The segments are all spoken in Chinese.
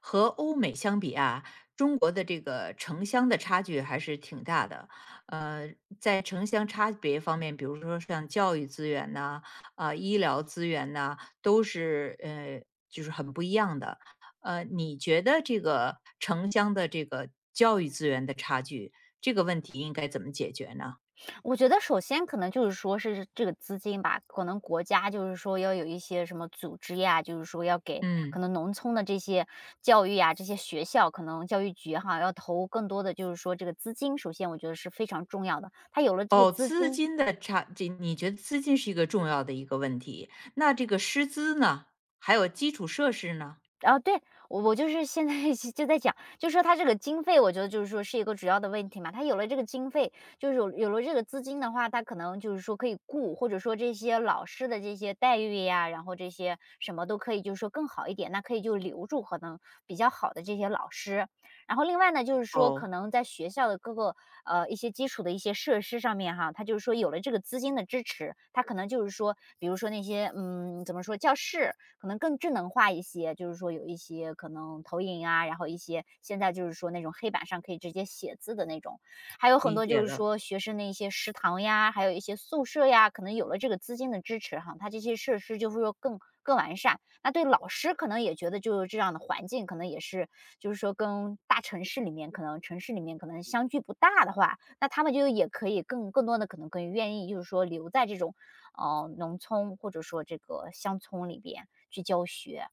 和欧美相比啊，中国的这个城乡的差距还是挺大的。呃，在城乡差别方面，比如说像教育资源呐、啊、医疗资源呐、都是就是很不一样的。你觉得这个城乡的这个教育资源的差距，这个问题应该怎么解决呢？我觉得首先可能就是说是这个资金吧，可能国家就是说要有一些什么组织呀，就是说要给可嗯，能农村的这些教育呀，这些学校，可能教育局哈要投更多的就是说这个资金，首先我觉得是非常重要的。他有了这个哦，资资金金的差，这你觉得资金是一个重要的一个问题。那这个师资呢？还有基础设施呢？啊，对，我就是现在 就在讲，就说他这个经费，我觉得就是说是一个主要的问题嘛。他有了这个经费，就是有了这个资金的话，他可能就是说可以雇，或者说这些老师的这些待遇呀，然后这些什么都可以，就是说更好一点。那可以就留住可能比较好的这些老师。然后另外呢，就是说哦，可能在学校的各个一些基础的一些设施上面哈，他就是说有了这个资金的支持，他可能就是说，比如说那些嗯怎么说教室，可能更智能化一些，就是说有一些可能投影啊，然后一些现在就是说那种黑板上可以直接写字的那种，还有很理多解就是了，说学生的一些食堂呀，还有一些宿舍呀，可能有了这个资金的支持哈，它这些设施就是说更完善。那对老师可能也觉得就是这样的环境，可能也是就是说跟大城市里面可能城市里面可能相距不大的话，那他们就也可以更多的可能更愿意就是说留在这种哦，农村或者说这个乡村里边去教学。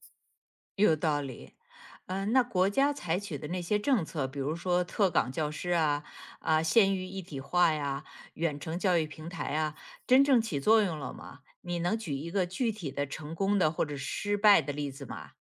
有道理。嗯，那国家采取的那些政策，比如说特岗教师啊、县域一体化呀、远程教育平台啊，真正起作用了吗？你能举一个具体的成功的或者失败的例子吗？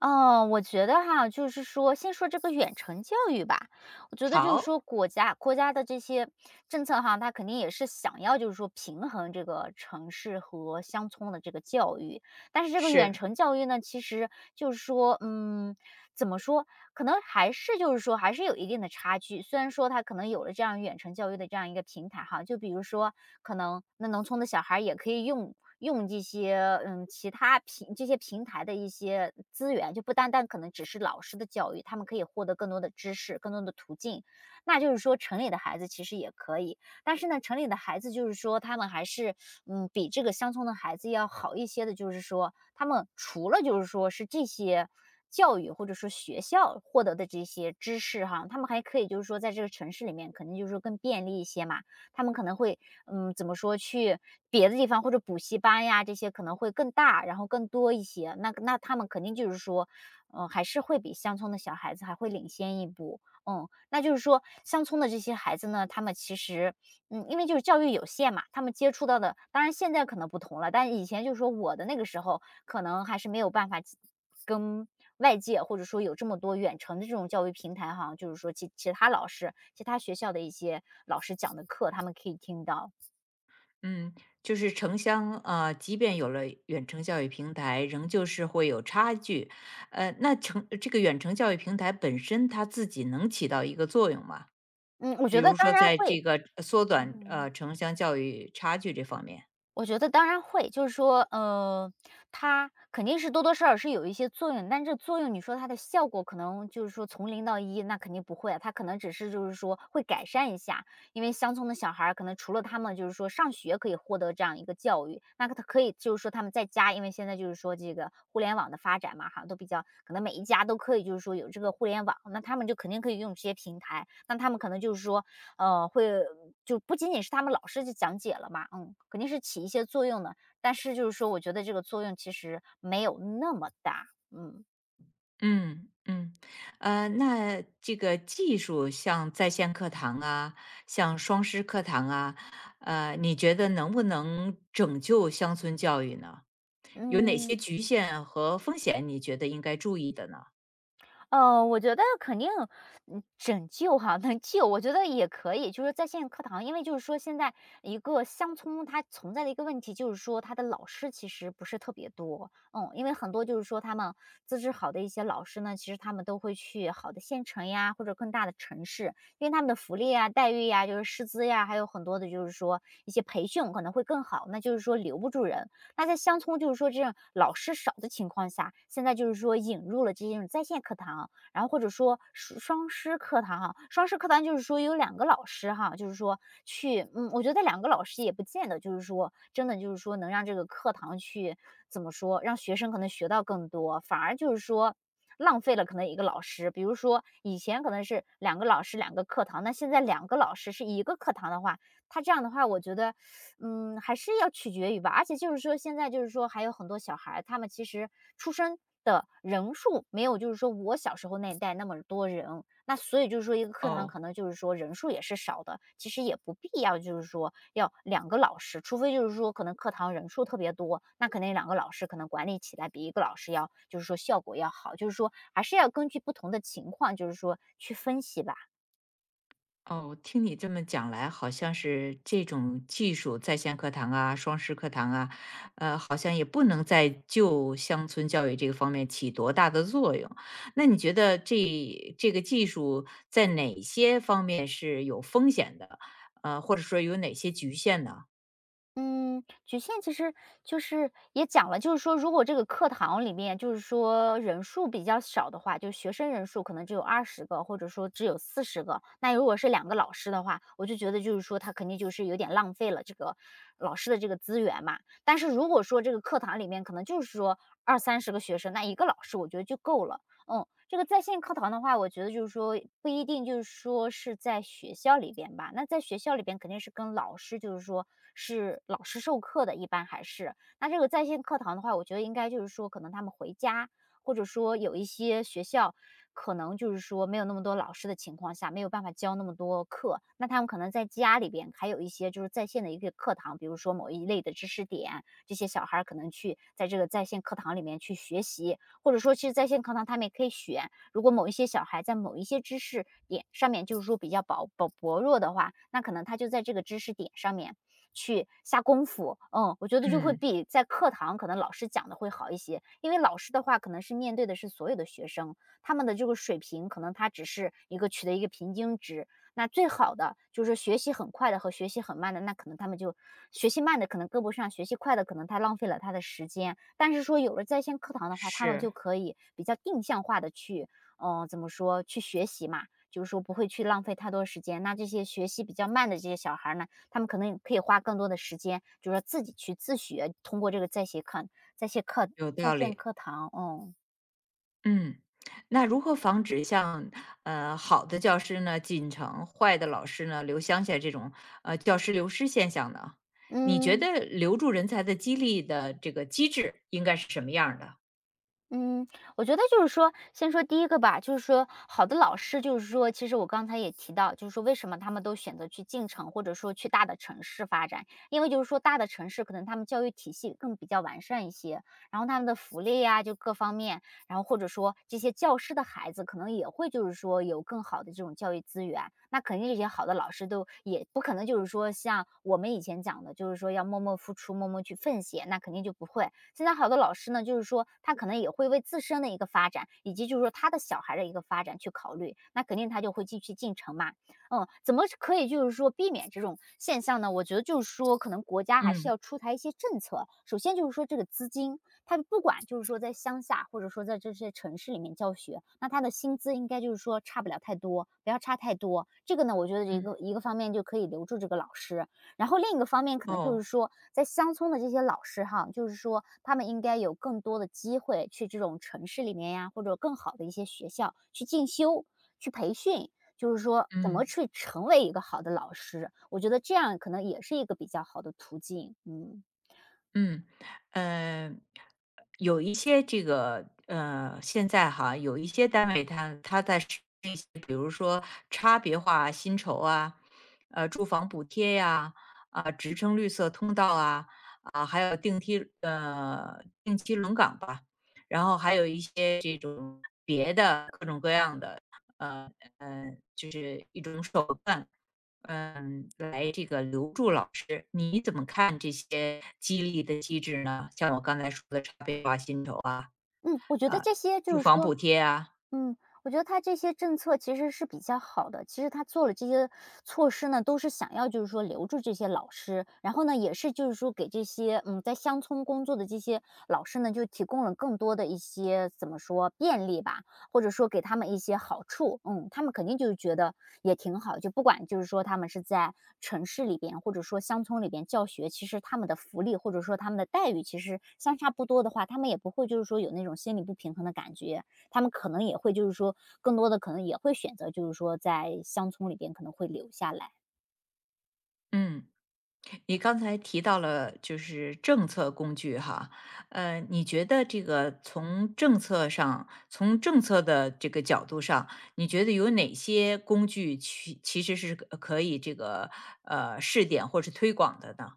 嗯，我觉得哈，就是说先说这个远程教育吧，我觉得就是好，说国家的这些政策哈，它肯定也是想要就是说平衡这个城市和乡村的这个教育，但是这个远是，程教育呢，其实就是说，嗯，怎么说？可能还是就是说还是有一定的差距。虽然说他可能有了这样远程教育的这样一个平台哈，就比如说可能那农村的小孩儿也可以用用这些嗯其他这些平台的一些资源，就不单单可能只是老师的教育，他们可以获得更多的知识、更多的途径。那就是说城里的孩子其实也可以，但是呢，城里的孩子就是说他们还是，嗯，比这个乡村的孩子要好一些的，就是说他们除了就是说是这些教育或者说学校获得的这些知识哈，他们还可以就是说在这个城市里面肯定就是说更便利一些嘛，他们可能会，嗯，怎么说去别的地方或者补习班呀，这些可能会更大，然后更多一些，那他们肯定就是说，嗯，还是会比乡村的小孩子还会领先一步。嗯，那就是说乡村的这些孩子呢，他们其实嗯，因为就是教育有限嘛，他们接触到的当然现在可能不同了，但以前就是说我的那个时候，可能还是没有办法去跟外界或者说有这么多远程的这种教育平台哈，就是说其他老师、其他学校的一些老师讲的课，他们可以听到。嗯，就是城乡即便有了远程教育平台，仍旧是会有差距。那城这个远程教育平台本身它自己能起到一个作用吗？嗯，我比觉得如当说然在会这个缩短嗯。城乡教育差距这方面。我觉得当然会，就是说，它肯定是多多少少是有一些作用，但这作用你说它的效果可能就是说从零到一，那肯定不会啊，它可能只是就是说会改善一下，因为乡村的小孩儿可能除了他们就是说上学可以获得这样一个教育，那他可以就是说他们在家，因为现在就是说这个互联网的发展嘛，好像都比较可能每一家都可以就是说有这个互联网，那他们就肯定可以用这些平台，那他们可能就是说会就不仅仅是他们老师去讲解了嘛，嗯，肯定是起一些作用的，但是就是说我觉得这个作用其实没有那么大，嗯。嗯嗯，那这个技术像在线课堂啊，像双师课堂啊，你觉得能不能拯救乡村教育呢？有哪些嗯。局限和风险？你觉得应该注意的呢？我觉得肯定，嗯，拯救哈，能救，我觉得也可以。就是在线课堂，因为就是说现在一个乡村它存在的一个问题，就是说它的老师其实不是特别多，嗯，因为很多就是说他们资质好的一些老师呢，其实他们都会去好的县城呀，或者更大的城市，因为他们的福利啊、待遇呀，就是师资呀，还有很多的就是说一些培训可能会更好，那就是说留不住人。那在乡村就是说这种老师少的情况下，现在就是说引入了这种在线课堂，然后或者说双师课堂哈，双师课堂就是说有两个老师哈，就是说去，嗯，我觉得两个老师也不见得就是说真的就是说能让这个课堂去怎么说，让学生可能学到更多，反而就是说。浪费了可能一个老师，比如说以前可能是两个老师两个课堂，那现在两个老师是一个课堂的话，他这样的话，我觉得嗯，还是要取决于吧。而且就是说现在就是说还有很多小孩儿他们其实出生的人数没有就是说我小时候那一代那么多人，那所以就是说一个课堂可哦，能就是说人数也是少的，其实也不必要就是说要两个老师，除非就是说可能课堂人数特别多，那可能两个老师可能管理起来比一个老师要就是说效果要好，就是说还是要根据不同的情况，就是说去分析吧。哦，听你这么讲来，好像是这种技术，在线课堂啊、双师课堂啊，好像也不能在就乡村教育这个方面起多大的作用。那你觉得这个技术在哪些方面是有风险的？或者说有哪些局限呢？嗯，局限其实就是也讲了，就是说，如果这个课堂里面就是说人数比较少的话，就学生人数可能只有20个，或者说只有40个。那如果是两个老师的话，我就觉得就是说他肯定就是有点浪费了这个老师的这个资源嘛。但是如果说这个课堂里面可能就是说二三十个学生，那一个老师我觉得就够了。嗯，这个在线课堂的话，我觉得就是说不一定就是说是在学校里边吧。那在学校里边肯定是跟老师，就是说是老师授课的，一般还是那这个在线课堂的话，我觉得应该就是说可能他们回家，或者说有一些学校可能就是说没有那么多老师的情况下，没有办法教那么多课，那他们可能在家里边还有一些就是在线的一个课堂，比如说某一类的知识点，这些小孩儿可能去在这个在线课堂里面去学习，或者说其实在线课堂他们也可以选，如果某一些小孩在某一些知识点上面就是说比较薄弱的话，那可能他就在这个知识点上面去下功夫。嗯，我觉得就会嗯，比在课堂可能老师讲的会好一些，因为老师的话可能是面对的是所有的学生，他们的这个水平可能他只是一个取得一个平均值，那最好的就是学习很快的和学习很慢的，那可能他们就学习慢的可能跟不上，学习快的可能他浪费了他的时间。但是说有了在线课堂的话，他们是，就可以比较定向化的去，怎么说去学习嘛，就是说不会去浪费太多时间。那这些学习比较慢的这些小孩儿呢，他们可能可以花更多的时间，就是说自己去自学，通过这个在线课、有在道线理。课堂，嗯嗯，那如何防止像好的教师呢进城，坏的老师呢留乡下这种教师流失现象呢？你觉嗯。得留住人才的激励的这个机制应该是什么样儿的？嗯，我觉得就是说，先说第一个吧，就是说好的老师，就是说，其实我刚才也提到，就是说为什么他们都选择去进城，或者说去大的城市发展，因为就是说大的城市可能他们教育体系更比较完善一些，然后他们的福利呀、就各方面，然后或者说这些教师的孩子可能也会就是说有更好的这种教育资源，那肯定这些好的老师都也不可能就是说像我们以前讲的，就是说要默默付出、默默去奉献，那肯定就不会，现在好多老师呢，就是说他可能也会为自身的一个发展，以及就是说他的小孩的一个发展去考虑，那肯定他就会继续进城嘛。怎么可以就是说避免这种现象呢？我觉得就是说，可能国家还是嗯要出台一些政策。首先就是说这个资金，他不管就是说在乡下或者说在这些城市里面教学，那他的薪资应该就是说差不了太多，不要差太多。这个呢，我觉得一个嗯，一个方面就可以留住这个老师，然后另一个方面可能就是哦，说，在乡村的这些老师哈，就是说他们应该有更多的机会去这种城市里面呀，或者更好的一些学校去进修、去培训，就是说怎么嗯。去成为一个好的老师，我觉得这样可能也是一个比较好的途径，嗯。嗯，呃，有一些这个现在哈，有一些单位它在实施一些比如说差别化薪酬啊，住房补贴呀，啊，职称绿色通道啊，啊，还有定期轮岗吧，然后还有一些这种别的各种各样的呃呃，就是一种手段。来这个留住老师，你怎么看这些激励的机制呢？像我刚才说的差别化薪酬啊，嗯，我觉得啊，这些住就是房说补贴啊，嗯，我觉得他这些政策其实是比较好的。其实他做了这些措施呢，都是想要就是说留住这些老师，然后呢，也是就是说给这些在乡村工作的这些老师呢，就提供了更多的一些怎么说便利吧，或者说给他们一些好处。嗯，他们肯定就是觉得也挺好，就不管就是说他们是在城市里边或者说乡村里边教学，其实他们的福利或者说他们的待遇其实相差不多的话，他们也不会就是说有那种心理不平衡的感觉。他们可能也会就是说更多的可能也会选择就是说在乡村里边可能会留下来。嗯，你刚才提到了就是政策工具哈，你觉得这个从政策上，从政策的这个角度上，你觉得有哪些工具其实是可以这个试点或是推广的呢？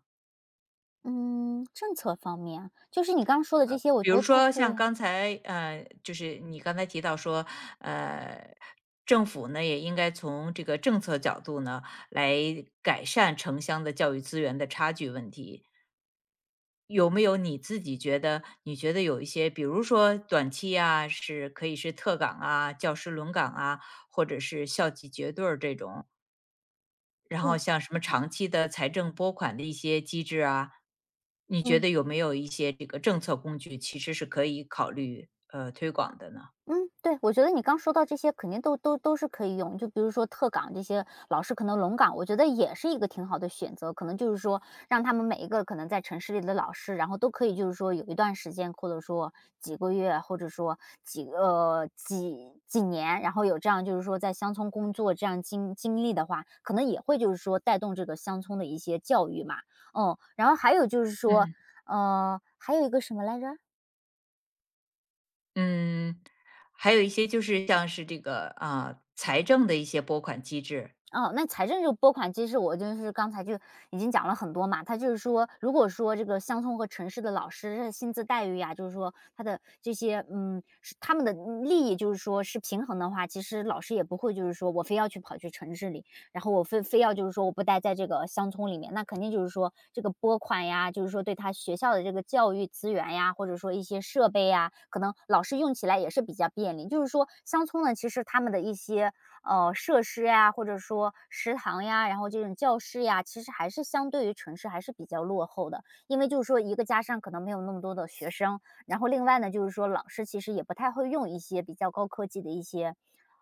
嗯，政策方面，就是你刚刚说的这些，我比觉如得都说可像以。刚才，就是你刚才提到说，呃，政府呢也应该从这个政策角度呢来改善城乡的教育资源的差距问题。有没有你自己觉得，你觉得有一些，比如说短期啊，是可以是特岗啊、教师轮岗啊，或者是校级结对儿这种，然后嗯像什么长期的财政拨款的一些机制啊，你觉嗯。得有没有一些这个政策工具其实是可以考虑推广的呢？嗯，对，我觉得你刚说到这些肯定都是可以用，就比如说特岗这些老师可能龙岗，我觉得也是一个挺好的选择。可能就是说让他们每一个可能在城市里的老师，然后都可以就是说有一段时间，或者说几个月，或者说几个、呃、几几年，然后有这样就是说在乡村工作这样经历的话，可能也会就是说带动这个乡村的一些教育嘛。然后还有就是说，嗯还有一个什么来着？嗯，还有一些就是像是这个啊、财政的一些拨款机制，哦，那财政这个拨款其实我就是刚才就已经讲了很多嘛。他就是说，如果说这个乡村和城市的老师的薪资待遇呀、就是说他的这些，是他们的利益，就是说是平衡的话，其实老师也不会就是说我非要去跑去城市里，然后我非要就是说我不待在这个乡村里面，那肯定就是说这个拨款呀，就是说对他学校的这个教育资源呀，或者说一些设备呀，可能老师用起来也是比较便利。就是说乡村呢，其实他们的一些设施呀，或者说食堂呀，然后这种教室呀，其实还是相对于城市还是比较落后的。因为就是说一个加上可能没有那么多的学生，然后另外呢，就是说老师其实也不太会用一些比较高科技的一些，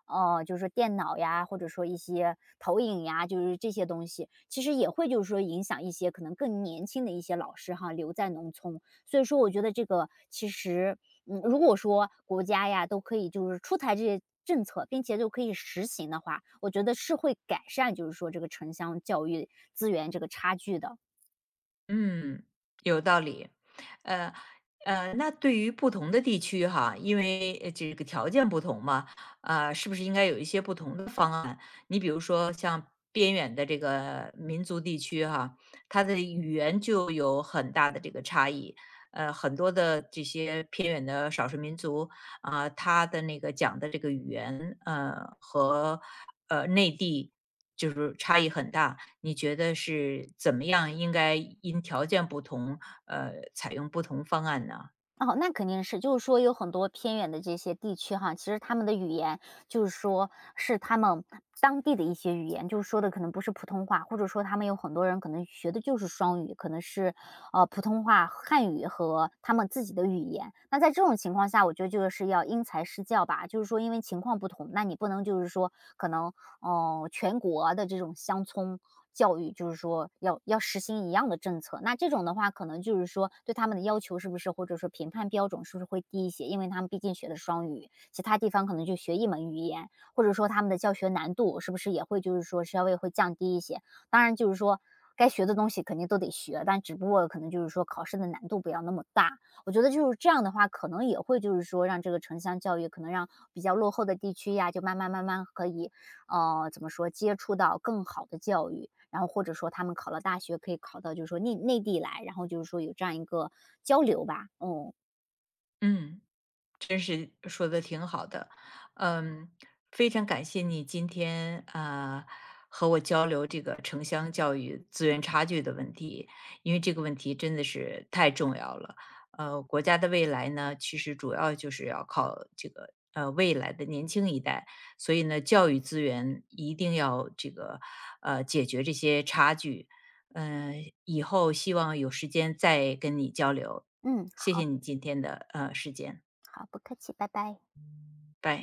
就是说电脑呀，或者说一些投影呀，就是这些东西，其实也会就是说影响一些可能更年轻的一些老师哈，留在农村。所以说我觉得这个其实如果说国家呀都可以就是出台这些政策，并且就可以实行的话，我觉得是会改善，就是说这个城乡教育资源这个差距的。嗯，有道理。呃那对于不同的地区哈，因为这个条件不同嘛，啊、是不是应该有一些不同的方案？你比如说像边远的这个民族地区哈，它的语言就有很大的这个差异。很多的这些偏远的少数民族啊、他的那个讲的这个语言，和内地就是差异很大。你觉得是怎么样应该因条件不同，采用不同方案呢？哦，那肯定是，就是说有很多偏远的这些地区哈，其实他们的语言就是说是他们当地的一些语言，就是说的可能不是普通话，或者说他们有很多人可能学的就是双语，可能是普通话、汉语和他们自己的语言。那在这种情况下，我觉得就是要因材施教吧，就是说因为情况不同，那你不能就是说可能全国的这种乡村教育，就是说要实行一样的政策。那这种的话，可能就是说对他们的要求是不是，或者说评判标准是不是会低一些？因为他们毕竟学的双语，其他地方可能就学一门语言，或者说他们的教学难度是不是也会就是说稍微会降低一些？当然，就是说该学的东西肯定都得学，但只不过可能就是说考试的难度不要那么大。我觉得就是这样的话，可能也会就是说让这个城乡教育可能让比较落后的地区呀，就慢慢慢慢可以，怎么说接触到更好的教育。然后或者说他们考了大学可以考到就是说内地来，然后就是说有这样一个交流吧。嗯，嗯。真是说的挺好的，嗯，非常感谢你今天啊、和我交流这个城乡教育资源差距的问题，因为这个问题真的是太重要了。国家的未来呢，其实主要就是要靠这个未来的年轻一代，所以呢，教育资源一定要这个解决这些差距。嗯、以后希望有时间再跟你交流。嗯，谢谢好，你今天的时间，好，不客气，拜拜。拜。